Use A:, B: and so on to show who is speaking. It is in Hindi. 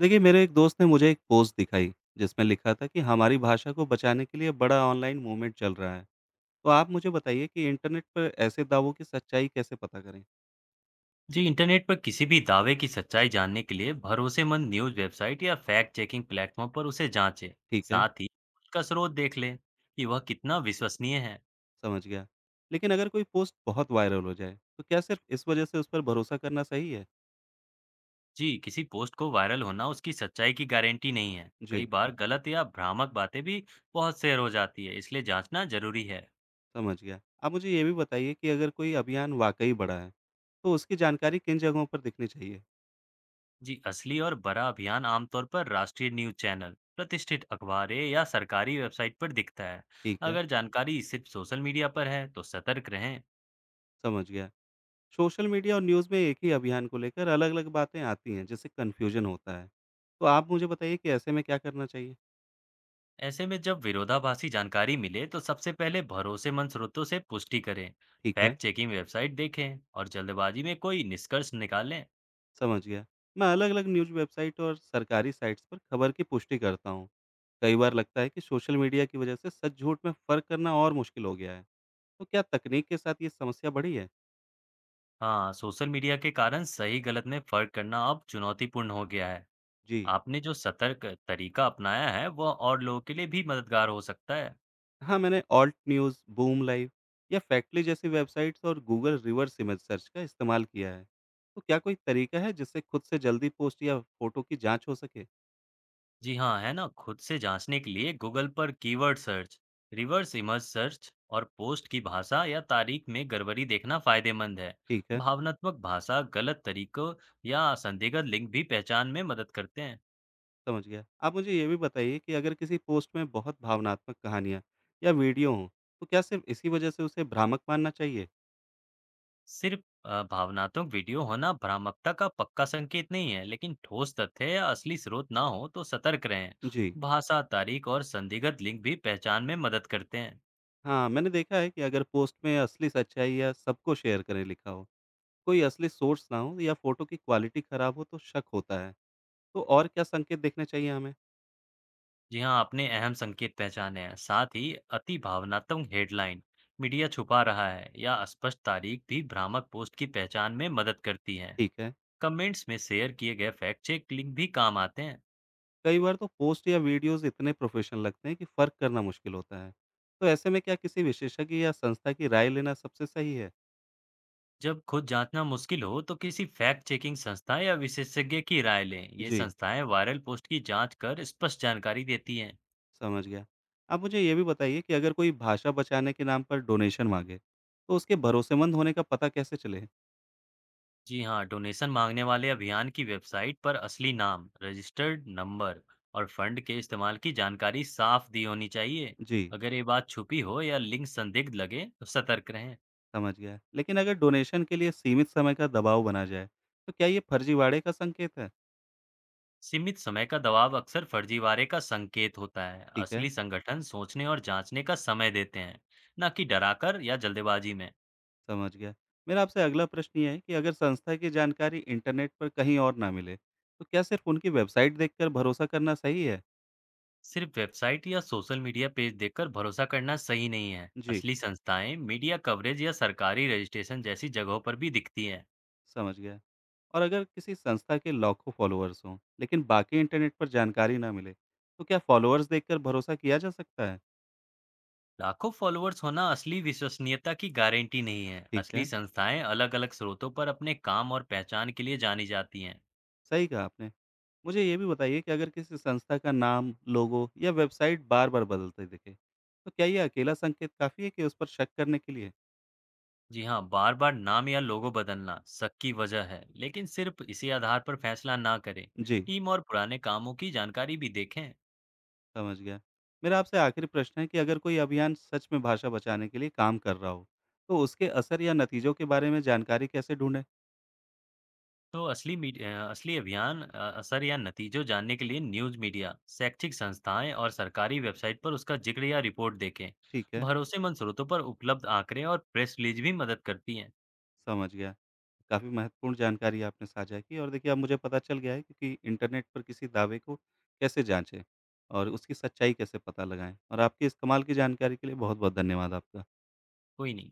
A: देखिए मेरे एक दोस्त ने मुझे एक पोस्ट दिखाई जिसमें लिखा था कि हमारी भाषा को बचाने के लिए बड़ा ऑनलाइन मूवमेंट चल रहा है। तो आप मुझे बताइए कि इंटरनेट पर ऐसे दावों की सच्चाई कैसे पता करें।
B: जी इंटरनेट पर किसी भी दावे की सच्चाई जानने के लिए भरोसेमंद न्यूज़ वेबसाइट या फैक्ट चेकिंग प्लेटफॉर्म पर उसे जांचें।
A: ठीक है।
B: साथ ही उसका स्रोत देख लें कि वह कितना विश्वसनीय है।
A: समझ गया। लेकिन अगर कोई पोस्ट बहुत वायरल हो जाए तो क्या सिर्फ इस वजह से उस पर भरोसा करना सही है?
B: जी किसी पोस्ट को वायरल होना उसकी सच्चाई की गारंटी नहीं है। कई
A: जी।
B: बार गलत या भ्रामक बातें भी बहुत शेयर हो जाती है, इसलिए जांचना जरूरी है।
A: समझ गया। आप मुझे ये भी बताइए कि अगर कोई अभियान वाकई बड़ा है तो उसकी जानकारी किन जगहों पर दिखनी चाहिए।
B: जी असली और बड़ा अभियान आमतौर पर राष्ट्रीय न्यूज़ चैनल, प्रतिष्ठित अखबारें या सरकारी वेबसाइट पर दिखता है।
A: ठीक है।
B: अगर जानकारी सिर्फ सोशल मीडिया पर है तो सतर्क रहें।
A: समझ गया। सोशल मीडिया और न्यूज़ में एक ही अभियान को लेकर अलग-अलग बातें आती हैं, जिससे कन्फ्यूजन होता है। तो आप मुझे बताइए कि ऐसे में क्या करना चाहिए?
B: ऐसे में जब विरोधाभासी जानकारी मिले तो सबसे पहले भरोसेमंद स्रोतों से पुष्टि करें।
A: ठीक है,
B: फैक्ट चेकिंग वेबसाइट देखें और जल्दबाजी में कोई निष्कर्ष निकालें।
A: समझ गया। मैं अलग-अलग न्यूज़ वेबसाइट और सरकारी साइट्स पर खबर की पुष्टि करता हूँ। कई बार लगता है कि सोशल मीडिया की वजह से सच-झूठ में फ़र्क करना और मुश्किल हो गया है। तो क्या तकनीक के साथ ये समस्या बढ़ी है?
B: हाँ, सोशल मीडिया के कारण सही गलत में फर्क करना अब चुनौतीपूर्ण हो गया है।
A: जी।
B: आपने जो सतर्क तरीका अपनाया है वह और लोगों के लिए भी मददगार हो सकता है।
A: हाँ, मैंने ऑल्ट न्यूज़, बूम लाइव या फैक्टली जैसी वेबसाइट्स और गूगल रिवर्स इमेज सर्च का इस्तेमाल किया है। तो क्या कोई तरीका है जिससे खुद से जल्दी पोस्ट या फोटो की जांच हो सके?
B: जी हाँ, है ना। खुद से जांचने के लिए गूगल पर keyword search, reverse image search और पोस्ट की भाषा या तारीख में गड़बड़ी देखना फायदेमंद है।
A: ठीक है,
B: भावनात्मक भाषा, गलत तरीकों या संदिग्ध लिंक भी पहचान में मदद करते हैं।
A: समझ गया। आप मुझे ये भी बताइए कि अगर किसी पोस्ट में बहुत भावनात्मक कहानियाँ या वीडियो हों, तो क्या सिर्फ इसी वजह से उसे भ्रामक मानना चाहिए?
B: सिर्फ भावनात्मक वीडियो होना भ्रामकता का पक्का संकेत नहीं है, लेकिन ठोस तथ्य या असली स्रोत ना हो तो सतर्क रहें।
A: जी,
B: भाषा, तारीख और संदिग्ध लिंक भी पहचान में मदद करते हैं।
A: हाँ, मैंने देखा है कि अगर पोस्ट में असली सच्चाई या सबको शेयर करें लिखा हो, कोई असली सोर्स ना हो या फोटो की क्वालिटी खराब हो तो शक होता है। तो और क्या संकेत देखने चाहिए हमें?
B: जी हाँ, आपने अहम संकेत पहचाने हैं। साथ ही अति भावनात्मक हेडलाइन, मीडिया छुपा रहा है या अस्पष्ट तारीख भी भ्रामक पोस्ट की पहचान में मदद करती हैं।
A: ठीक है।
B: कमेंट्स में शेयर किए गए फैक्ट चेक लिंक भी काम आते हैं।
A: कई बार तो पोस्ट या वीडियोज़ इतने प्रोफ़ेशनल लगते हैं कि फ़र्क करना मुश्किल होता है। तो ऐसे में क्या किसी विशेषज्ञ या संस्था की राय लेना सबसे सही है?
B: जब खुद जांचना मुश्किल हो तो किसी फैक्ट चेकिंग संस्था या विशेषज्ञ की राय लें। ये
A: जी,
B: संस्थाएं वायरल पोस्ट की जांच कर स्पष्ट जानकारी देती हैं।
A: समझ गया। आप मुझे ये भी बताइए कि अगर कोई भाषा बचाने के नाम पर डोनेशन माँगे, तो उसके भरोसेमंद होने का पता कैसे चले?
B: जी हाँ, डोनेशन मांगने वाले अभियान की वेबसाइट पर असली नाम, रजिस्टर्ड नंबर और फंड के इस्तेमाल की जानकारी साफ दी होनी चाहिए।
A: जी,
B: अगर ये बात छुपी हो या लिंक संदिग्ध लगे, तो सतर्क रहें।
A: समझ गया। लेकिन अगर डोनेशन के लिए सीमित समय का दबाव बना जाए, तो क्या ये फर्जीवाड़े का संकेत है?
B: सीमित समय का दबाव अक्सर फर्जीवाड़े का संकेत होता है।
A: ठीक है।
B: असली संगठन सोचने और जांचने का समय देते हैं, ना कि डराकर या जल्दबाजी में।
A: समझ गया। मेरा आपसे अगला प्रश्न ये है कि अगर संस्था की जानकारी इंटरनेट पर कहीं और ना मिले, तो क्या सिर्फ उनकी वेबसाइट देखकर भरोसा करना सही है?
B: सिर्फ वेबसाइट या सोशल मीडिया पेज देखकर भरोसा करना सही नहीं है।
A: जी,
B: असली संस्थाएं मीडिया कवरेज या सरकारी रजिस्ट्रेशन जैसी जगहों पर भी दिखती हैं।
A: समझ गया। और अगर किसी संस्था के लाखों फॉलोअर्स हों, लेकिन बाकी इंटरनेट पर जानकारी ना मिले, तो क्या फॉलोअर्स देखकर भरोसा किया जा सकता है?
B: लाखों फॉलोअर्स होना असली विश्वसनीयता की गारंटी नहीं है।
A: ठीक
B: असली
A: है,
B: संस्थाएं अलग-अलग स्रोतों पर अपने काम और पहचान के लिए जानी जाती हैं।
A: सही कहा आपने। मुझे ये भी बताइए कि अगर किसी संस्था का नाम, लोगो या वेबसाइट बार-बार बदलते दिखे, तो क्या ये अकेला संकेत काफ़ी है कि उस पर शक करने के लिए?
B: जी हाँ, बार-बार नाम या लोगो बदलना शक की वजह है, लेकिन सिर्फ इसी आधार पर फैसला ना करें।
A: जी।
B: टीम और पुराने कामों की जानकारी भी देखें।
A: समझ गया। मेरा आपसे आखिरी प्रश्न है कि अगर कोई अभियान सच में भाषा बचाने के लिए काम कर रहा हो, तो उसके असर या नतीजों के बारे में जानकारी कैसे ढूँढें?
B: तो असली अभियान असर या नतीजों जानने के लिए न्यूज़ मीडिया, शैक्षिक संस्थाएं और सरकारी वेबसाइट पर उसका जिक्र या रिपोर्ट देखें।
A: ठीक है,
B: भरोसेमंद स्रोतों पर उपलब्ध आंकड़े और प्रेस रिलीज भी मदद करती हैं।
A: समझ गया। काफ़ी महत्वपूर्ण जानकारी आपने साझा की और देखिए अब मुझे पता चल गया है कि इंटरनेट पर किसी दावे को कैसे जाँचें और उसकी सच्चाई कैसे पता लगाएँ और आपके इस कमाल की जानकारी के लिए बहुत-बहुत धन्यवाद आपका।
B: कोई नहीं।